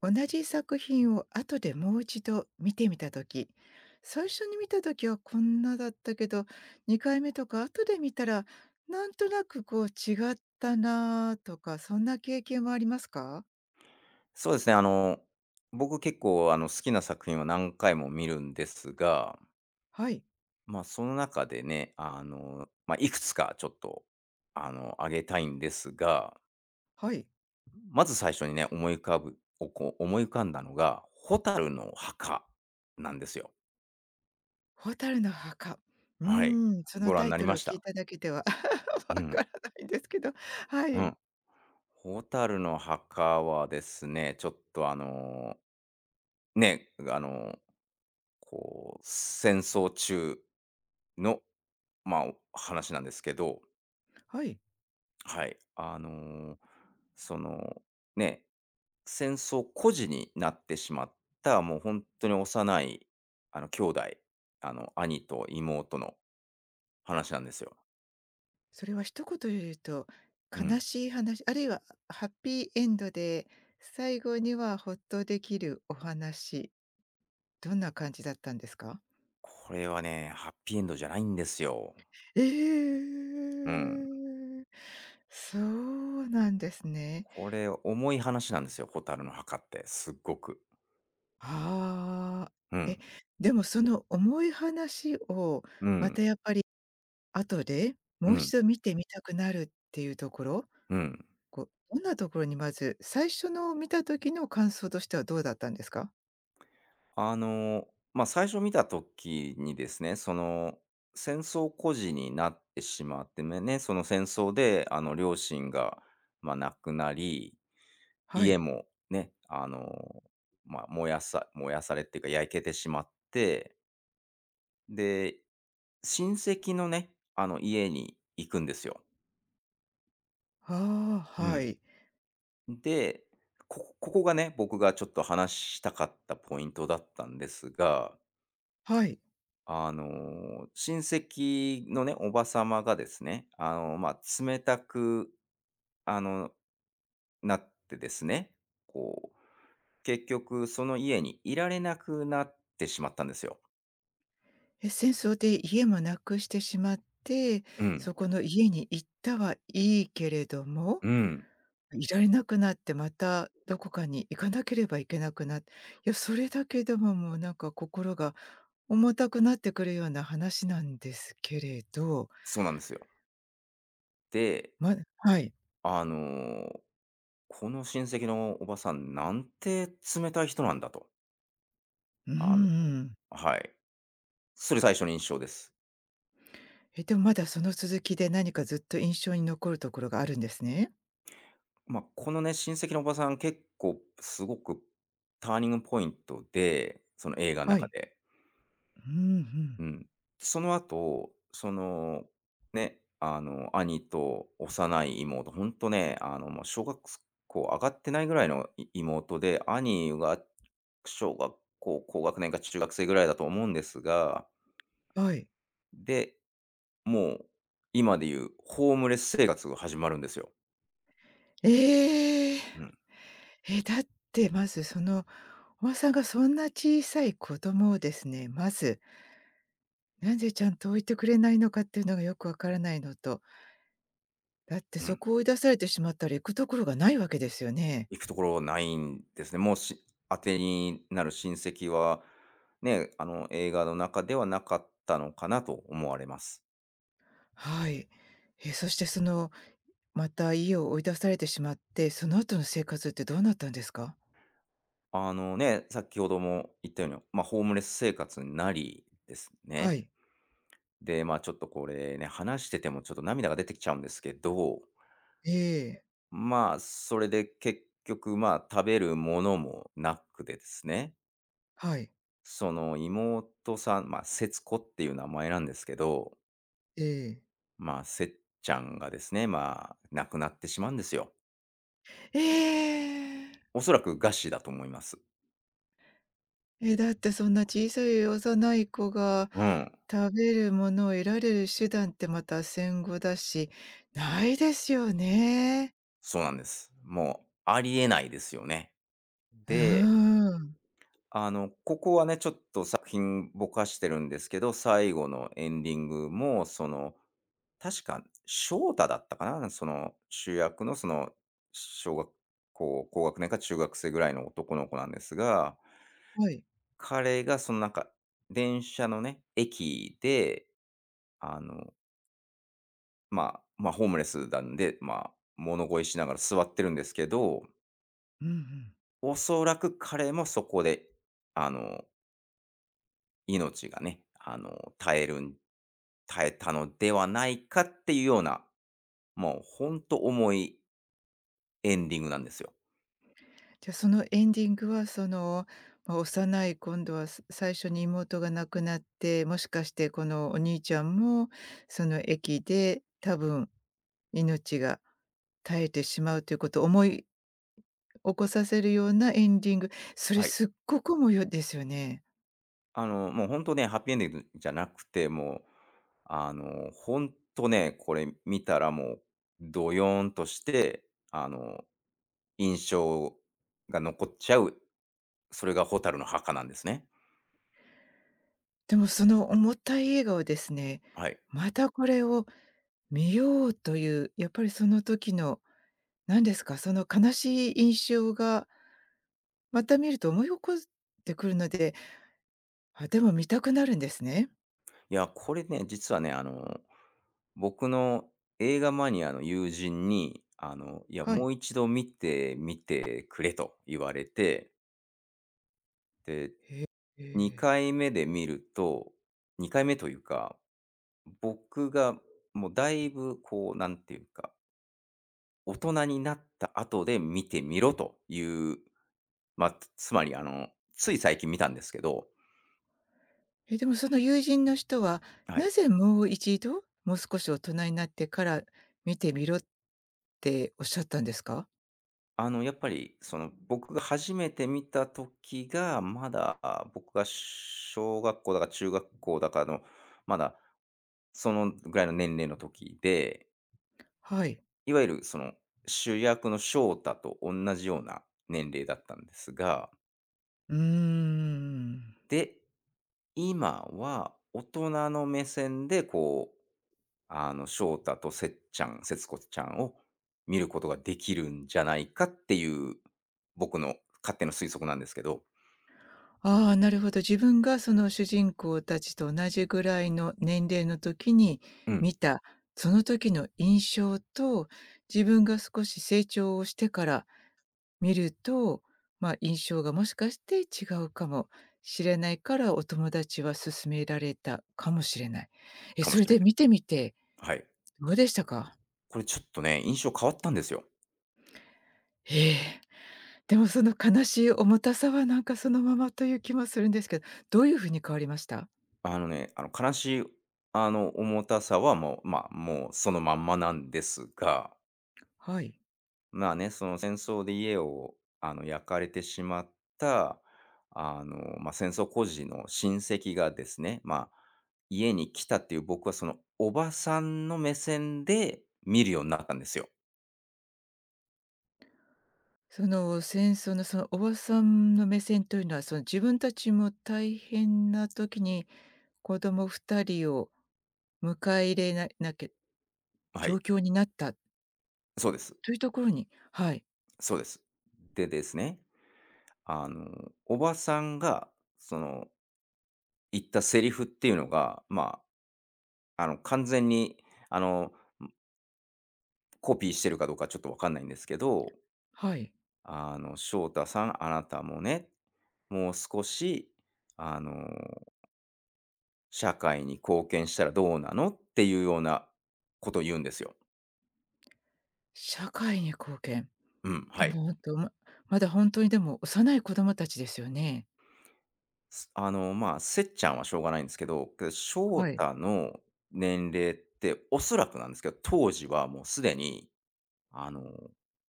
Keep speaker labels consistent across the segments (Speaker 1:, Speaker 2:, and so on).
Speaker 1: 同じ作品を後でもう一度見てみた時、最初に見た時はこんなだったけど、2回目とか後で見たら、なんとなくこう違ったなあとかそんな経験はありますか？
Speaker 2: そうですね、僕結構好きな作品を何回も見るんですが、
Speaker 1: はい。
Speaker 2: まあその中でね、まあいくつかちょっと、あげたいんですが、
Speaker 1: はい
Speaker 2: まず最初にね、思い浮かんだのが、ホタルの墓なんですよ。
Speaker 1: 「蛍の墓」。う
Speaker 2: はい。
Speaker 1: そ
Speaker 2: ご
Speaker 1: の
Speaker 2: 覧
Speaker 1: タ
Speaker 2: に
Speaker 1: イ
Speaker 2: なり
Speaker 1: トル
Speaker 2: ま
Speaker 1: を
Speaker 2: し
Speaker 1: 聞い
Speaker 2: た。
Speaker 1: ただけでは わ
Speaker 2: う
Speaker 1: か
Speaker 2: ん。
Speaker 1: らないんですけど。は
Speaker 2: う
Speaker 1: い。
Speaker 2: ん。ホタルの墓はですね、ちょっとね、こう、戦争中の、まあ、お話なんですけど、
Speaker 1: はい。
Speaker 2: はい。その、ね、戦争孤児になってしまった、もう本当に幼い、兄弟、兄と妹の話なんですよ。
Speaker 1: それは一言で言うと、
Speaker 2: う
Speaker 1: 悲
Speaker 2: ん。
Speaker 1: しい話、あるいはハッピーエンドで、最後にはほっとできるお話、どんな感じだったんですか？
Speaker 2: これはね、ハッピーエンドじゃないんですよ。
Speaker 1: え
Speaker 2: うん。
Speaker 1: え。そうなんですね。
Speaker 2: これ、重い話なんですよ、ホタルの墓って、すっごく。
Speaker 1: ああ。
Speaker 2: う
Speaker 1: え、
Speaker 2: ん。
Speaker 1: でもその重い話を、
Speaker 2: う
Speaker 1: ま
Speaker 2: ん。
Speaker 1: たやっぱり後で
Speaker 2: う
Speaker 1: もう
Speaker 2: ん。
Speaker 1: 一度見てみたくなるっていうところ、
Speaker 2: うん。
Speaker 1: こう、どんなところにまず、最初の見た時の感想としてはどうだったんですか？
Speaker 2: あの、まあ、最初見た時にですね、戦争孤児になってしまってねその戦争で、両親が、まあ、亡くなり、
Speaker 1: は
Speaker 2: 家
Speaker 1: い。
Speaker 2: もね、まあ、燃やされっていうか、焼けてしまって、で、親戚のね、家に行くんですよ。
Speaker 1: ああ、
Speaker 2: う
Speaker 1: は
Speaker 2: ん。
Speaker 1: い。
Speaker 2: で、ここがね、僕がちょっと話したかったポイントだったんですが、
Speaker 1: はい。
Speaker 2: 親戚のね、おば様がですね、冷たく、あの、なってですね、こう、結局その家にいられなくなってしまったんですよ。
Speaker 1: え、戦争で家もなくしてしまって、
Speaker 2: うん、
Speaker 1: そこの家に行ったはいいけれども、
Speaker 2: うん、
Speaker 1: いられなくなってまたどこかに行かなければいけなくなっいや、それだけでももうなんか心が重たくなってくるような話なんですけれど、
Speaker 2: そうなんですよ。で、
Speaker 1: まはい。
Speaker 2: あの、この親戚のおばさん、なんて冷たい人なんだと。
Speaker 1: うん
Speaker 2: あの
Speaker 1: うん。
Speaker 2: はい。それ最初の印象です。
Speaker 1: え、でもまだその続きで何かずっと印象に残るところがあるんですね。
Speaker 2: まあ、このね、親戚のおばさん、結構すごくターニングポイントで、その映画の
Speaker 1: は
Speaker 2: 中
Speaker 1: い。
Speaker 2: で。
Speaker 1: うんうん。
Speaker 2: うん。その後、ね、兄と幼い妹、ほんとね、もう小学校上がってないぐらいの妹で、兄が小学校高学年か中学生ぐらいだと思うんですが、
Speaker 1: はい。
Speaker 2: で、もう今でいうホームレス生活が始まるんですよ。
Speaker 1: ええ。
Speaker 2: うん、
Speaker 1: え、だってまずその、おばさんがそんな小さい子供をですね、まず、なんでちゃんと置いてくれないのかっていうのがよくわからないのと、だって
Speaker 2: う
Speaker 1: そ
Speaker 2: ん。
Speaker 1: こを追い出されてしまったら行くところがないわけですよね。
Speaker 2: 行くところないんですね。もう当てになる親戚は、ね、映画の中ではなかったのかなと思われます。
Speaker 1: はい。え、そしてその、また家を追い出されてしまって、その後の生活ってどうなったんですか？
Speaker 2: ね、先ほども言ったように、ホームレス生活になりですね。
Speaker 1: はい。
Speaker 2: で、ちょっとこれね、話しててもちょっと涙が出てきちゃうんですけど、
Speaker 1: ええ。
Speaker 2: まあ、それで結局、食べるものもなくてですね、
Speaker 1: はい。
Speaker 2: その妹さん、節子っていう名前なんですけど、
Speaker 1: ええ。
Speaker 2: まあ、せっちゃんがですね、まあ、亡くなってしまうんですよ。
Speaker 1: ええ。
Speaker 2: おそらく餓死だと思います。
Speaker 1: え、だってそんな小さい幼い子が
Speaker 2: うん、
Speaker 1: 食べるものを得られる手段ってまた戦後だし、ないですよね。
Speaker 2: そうなんです。もう、ありえないですよね。
Speaker 1: うー
Speaker 2: で、
Speaker 1: ん。
Speaker 2: ここはね、ちょっと作品ぼかしてるんですけど、最後のエンディングも、確か、翔太だったかな、主役の、小学校、高学年か中学生ぐらいの男の子なんですが、
Speaker 1: はい。
Speaker 2: 彼が、なんか、電車のね、駅で、あの、まあ、ホームレスなんで、まあ、物乞いしながら座ってるんですけど、
Speaker 1: うんうん。
Speaker 2: おそらく彼もそこで、あの、命がね、耐えたのではないかっていうような、もう本当重いエンディングなんですよ。
Speaker 1: じゃ、そのエンディングはその、ま、幼い今度はす最初に妹が亡くなって、もしかしてこのお兄ちゃんも、その駅で多分命が絶えてしまうということを思い起こさせるようなエンディング、それ
Speaker 2: はい。
Speaker 1: すっごくもよですよね。
Speaker 2: もう本当ね、ハッピーエンディングじゃなくて、もう、本当ね、これ見たらもう、どよンとして、あの、印象が残っちゃう、それが蛍の墓なんですね。
Speaker 1: でもその重たい映画をですね、
Speaker 2: はい。
Speaker 1: またこれを見ようという、やっぱりその時の、何ですか、その悲しい印象が、また見ると思い起こってくるので、あ、でも見たくなるんですね。
Speaker 2: いや、これね、実はね、僕の映画マニアの友人に、いや、
Speaker 1: は
Speaker 2: もう
Speaker 1: い。
Speaker 2: 一度見てみてくれと言われて、で、
Speaker 1: ええ。
Speaker 2: 2回目で見ると、2回目というか、僕がもうだいぶこう、なんていうか、大人になった後で見てみろという、まあ、つまり、つい最近見たんですけど、
Speaker 1: え、でもその友人の人は、
Speaker 2: は
Speaker 1: な
Speaker 2: い。
Speaker 1: ぜもう一度、もう少し大人になってから見てみろっておっしゃったんですか？
Speaker 2: やっぱり、僕が初めて見た時が、まだ僕が小学校だか中学校だかの、まだそのぐらいの年齢の時で、
Speaker 1: はい。
Speaker 2: いわゆるその主役の翔太と同じような年齢だったんですが、
Speaker 1: うーん。
Speaker 2: で、今は大人の目線で、こう、翔太とせっちゃん、節子ちゃんを見ることができるんじゃないかっていう、僕の勝手な推測なんですけど。
Speaker 1: ああ、なるほど。自分がその主人公たちと同じぐらいの年齢の時に
Speaker 2: うん、
Speaker 1: 見た、その時の印象と、自分が少し成長をしてから見ると、まあ、印象がもしかして違うかもしれないから、お友達は勧められたかもしれない。え、
Speaker 2: かも
Speaker 1: そ
Speaker 2: し
Speaker 1: れ
Speaker 2: れ
Speaker 1: で
Speaker 2: ない。
Speaker 1: 見てみて
Speaker 2: はい。
Speaker 1: どうでしたか？
Speaker 2: これちょっとね、印象変わったんですよ。
Speaker 1: ええ、でもその悲しい重たさはなんかそのままという気もするんですけど、どういうふうに変わりました？
Speaker 2: ね、あの悲しい、あの重たさはもう、まあ、もうそのまんまなんですが、
Speaker 1: はい。
Speaker 2: まあね、その戦争で家を焼かれてしまった、まあ、戦争孤児の親戚がですね、まあ、家に来たっていう、僕はそのおばさんの目線で見るようになったんですよ。
Speaker 1: その戦争のそのおばさんの目線というのは、その自分たちも大変な時に子供2人を迎え入れななきゃ
Speaker 2: は
Speaker 1: 状
Speaker 2: い。
Speaker 1: 況になった
Speaker 2: そうです。
Speaker 1: というところにはい、
Speaker 2: そうです。でですね、あの、おばさんがその言ったセリフっていうのが、まあ、完全に、あの、コピーしてるかどうかちょっとわかんないんですけど、
Speaker 1: はい。
Speaker 2: 「翔太さん、あなたもね、もう少し、あの、社会に貢献したらどうなの？」っていうようなことを言うんですよ。
Speaker 1: 社会に貢献。
Speaker 2: うん、
Speaker 1: で
Speaker 2: は
Speaker 1: も
Speaker 2: い。
Speaker 1: 本当ままだ本当にでも幼い子供たちですよね？
Speaker 2: すあの、まあ、せっちゃんはしょうがないんですけど、けど、翔
Speaker 1: はい。
Speaker 2: 太の年齢っておそらくなんですけど、当時はもうすでに、あの、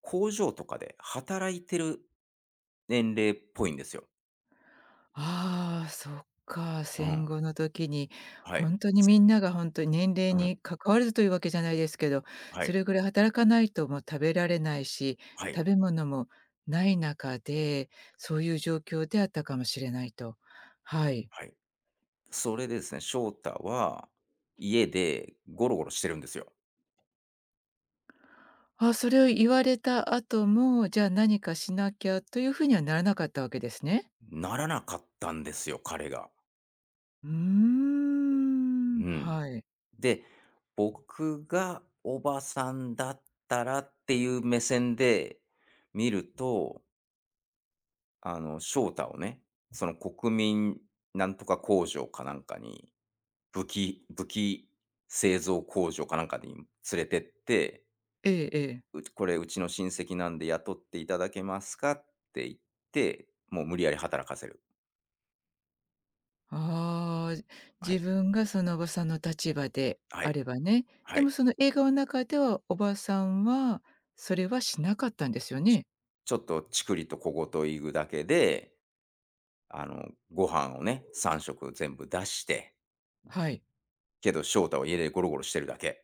Speaker 2: 工場とかで働いてる年齢っぽいんですよ。
Speaker 1: ああ、そっか、
Speaker 2: うん。
Speaker 1: 戦後の時に、
Speaker 2: はい。
Speaker 1: 本当にみんなが本当に年
Speaker 2: う
Speaker 1: 齢
Speaker 2: ん。
Speaker 1: に関わらずというわけじゃないですけど、
Speaker 2: は
Speaker 1: そ
Speaker 2: い。
Speaker 1: れぐらい働かないともう食べられないし、
Speaker 2: は
Speaker 1: 食
Speaker 2: い。
Speaker 1: べ物もない中で、そういう状況であったかもしれないと。はい。
Speaker 2: はい。それでですね、翔太は家でゴロゴロしてるんですよ。
Speaker 1: あ、それを言われた後も、じゃあ何かしなきゃというふうにはならなかったわけですね。
Speaker 2: ならなかったんですよ、彼が。
Speaker 1: うー
Speaker 2: う
Speaker 1: ん、
Speaker 2: ん。
Speaker 1: はい。
Speaker 2: で、僕がおばさんだったらっていう目線で見ると、翔太をね、その国民なんとか工場かなんかに、武器製造工場かなんかに連れてって、
Speaker 1: ええええ。
Speaker 2: これうちの親戚なんで雇っていただけますかって言って、もう無理やり働かせる。
Speaker 1: ああ、
Speaker 2: は
Speaker 1: 自
Speaker 2: い。
Speaker 1: 分がそのおばさんの立場で
Speaker 2: は
Speaker 1: あ
Speaker 2: い。
Speaker 1: ればね。
Speaker 2: は
Speaker 1: でも
Speaker 2: い。
Speaker 1: その映画の中では、おばさんはそれはしなかったんですよ
Speaker 2: ち
Speaker 1: ね？
Speaker 2: ちょっとチクリと小言言うだけで、ご飯をね、3食全部出して、
Speaker 1: はい。
Speaker 2: けど翔太は家でゴロゴロしてるだけ。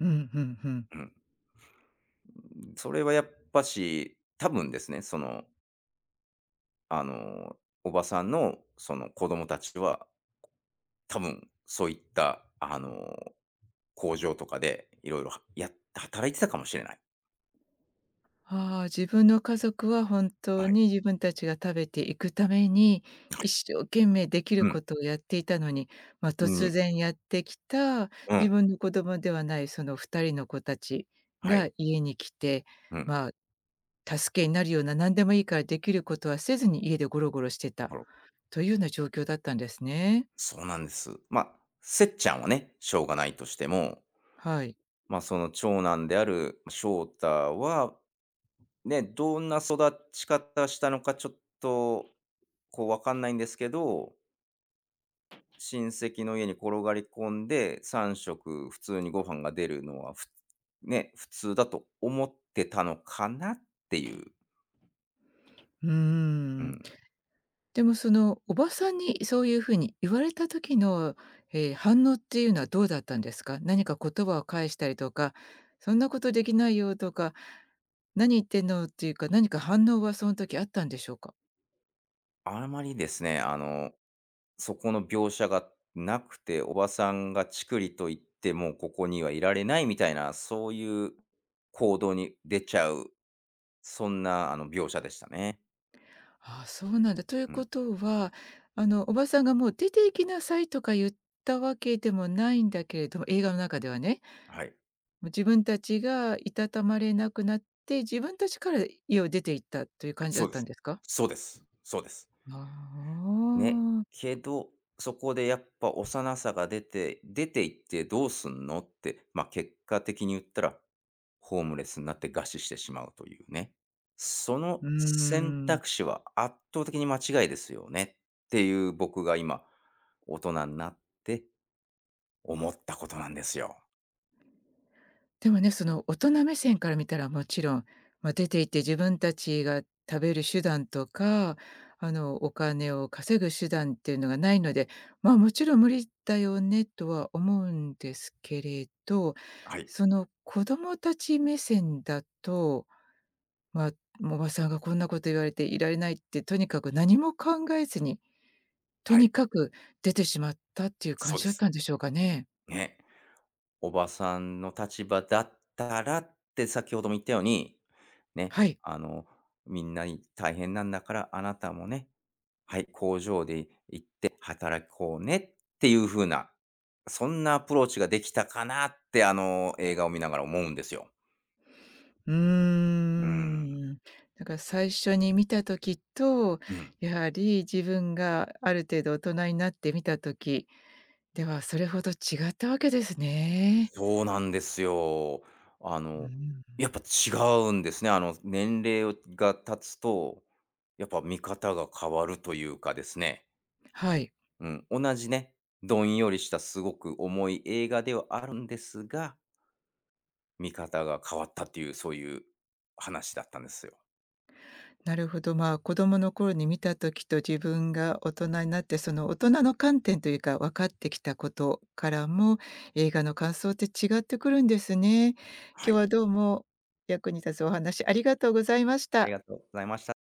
Speaker 1: うん、うんうん。
Speaker 2: うん。それはやっぱし、多分ですね、あの、おばさんのその子供たちは、多分そういった、工場とかでいろいろはやっ働いてたかもしれない。
Speaker 1: ああ、自分の家族は本当
Speaker 2: はい。
Speaker 1: に自分たちが食べていくために、
Speaker 2: はい、
Speaker 1: 一生懸命でき
Speaker 2: う
Speaker 1: る
Speaker 2: ん、
Speaker 1: ことをやっていたのに、まあ、突
Speaker 2: に
Speaker 1: 然やってきた
Speaker 2: う
Speaker 1: 自
Speaker 2: ん、
Speaker 1: 分の子供ではないその2人の子たち
Speaker 2: は
Speaker 1: が
Speaker 2: い。
Speaker 1: 家に来て、
Speaker 2: うん。
Speaker 1: まあ助けになるような何でもいいからできることはせずに家でゴロゴロしてた
Speaker 2: ぼろ
Speaker 1: というような状況だったんですね。
Speaker 2: そうなんです。まあ、せっちゃんはね、しょうがないとしても、
Speaker 1: はい。
Speaker 2: まあ、その長男である翔太は、ね、どんな育ち方したのかちょっと、こう、わかんないんですけど、親戚の家に転がり込んで、3食普通にご飯が出るのは、ね、普通だと思ってたのかなっていう。
Speaker 1: うー
Speaker 2: う
Speaker 1: ん。
Speaker 2: ん。
Speaker 1: でもそのおばさんにそういうふうに言われた時の、反応っていうのはどうだったんですか？何か言葉を返したりとか、そんなことできないよとか、何言ってんのっていうか、何か反応はその時あったんでしょうか？
Speaker 2: あまりですね、そこの描写がなくて、おばさんがチクリと言って、もうここにはいられないみたいな、そういう行動に出ちゃう、そんな描写でしたね。
Speaker 1: ああ、そうなんだ。という
Speaker 2: うん。
Speaker 1: ことは、あのおばさんがもう出て行きなさいとか言ったわけでもないんだけれども、映画の中ではね。
Speaker 2: はい。
Speaker 1: 自分たちがいたたまれなくなって、自分たちから家を出て行ったという感じだ
Speaker 2: そ
Speaker 1: っ
Speaker 2: うで
Speaker 1: たん
Speaker 2: す。
Speaker 1: ですか？
Speaker 2: そうです。そうです。
Speaker 1: あ
Speaker 2: ね、
Speaker 1: あ、
Speaker 2: けど、そこでやっぱ幼さが出て、出ていってどうすんのって、結果的に言ったら、ホームレスになって餓死してしまうというね。その
Speaker 1: うー
Speaker 2: 選
Speaker 1: ん。
Speaker 2: 択肢は圧倒的に間違いですよねっていう僕が今、大人になって思ったことなんですよ。
Speaker 1: でもね、その大人目線から見たらもちろん、ま、出て行って自分たちが食べる手段とか、あの、お金を稼ぐ手段っていうのがないので、まあ、もちろん無理だよねとは思うんですけれど、
Speaker 2: はい、
Speaker 1: その子供たち目線だとまあ、もうおばさんがこんなこと言われていられないって、とにかく何も考えずに、と
Speaker 2: はい、
Speaker 1: にかく出てしまったっていう感
Speaker 2: そう
Speaker 1: じ
Speaker 2: で
Speaker 1: だっ
Speaker 2: す。
Speaker 1: たんでしょうかね。
Speaker 2: ね。おばさんの立場だったらって先ほども言ったようにね、
Speaker 1: はい。
Speaker 2: みんなに大変なんだから、あなたもね、はい、工場で行って働こうねっていう風な、そんなアプローチができたかなって、映画を見ながら思うんですよ。
Speaker 1: うー
Speaker 2: うん、
Speaker 1: ん。だから最初に見た時と、
Speaker 2: うん、
Speaker 1: やはり自分がある程度大人になって見た時では、それほど違ったわけですね。
Speaker 2: そうなんですよ。あ
Speaker 1: う
Speaker 2: の、
Speaker 1: ん。
Speaker 2: やっぱ違うんですね。年齢が経つと、やっぱ見方が変わるというかですね。
Speaker 1: はい。
Speaker 2: うん、同じね、どんよりしたすごく重い映画ではあるんですが、見方が変わったっていう、そういう話だったんですよ。
Speaker 1: なるほど、まあ、子供の頃に見た時と自分が大人になって、その大人の観点というか、分かってきたことからも、映画の感想って違ってくるんですね。今
Speaker 2: は
Speaker 1: 日
Speaker 2: い。
Speaker 1: はどうも役に立つお話ありがとうございまし
Speaker 2: あり
Speaker 1: た。
Speaker 2: がとうございました。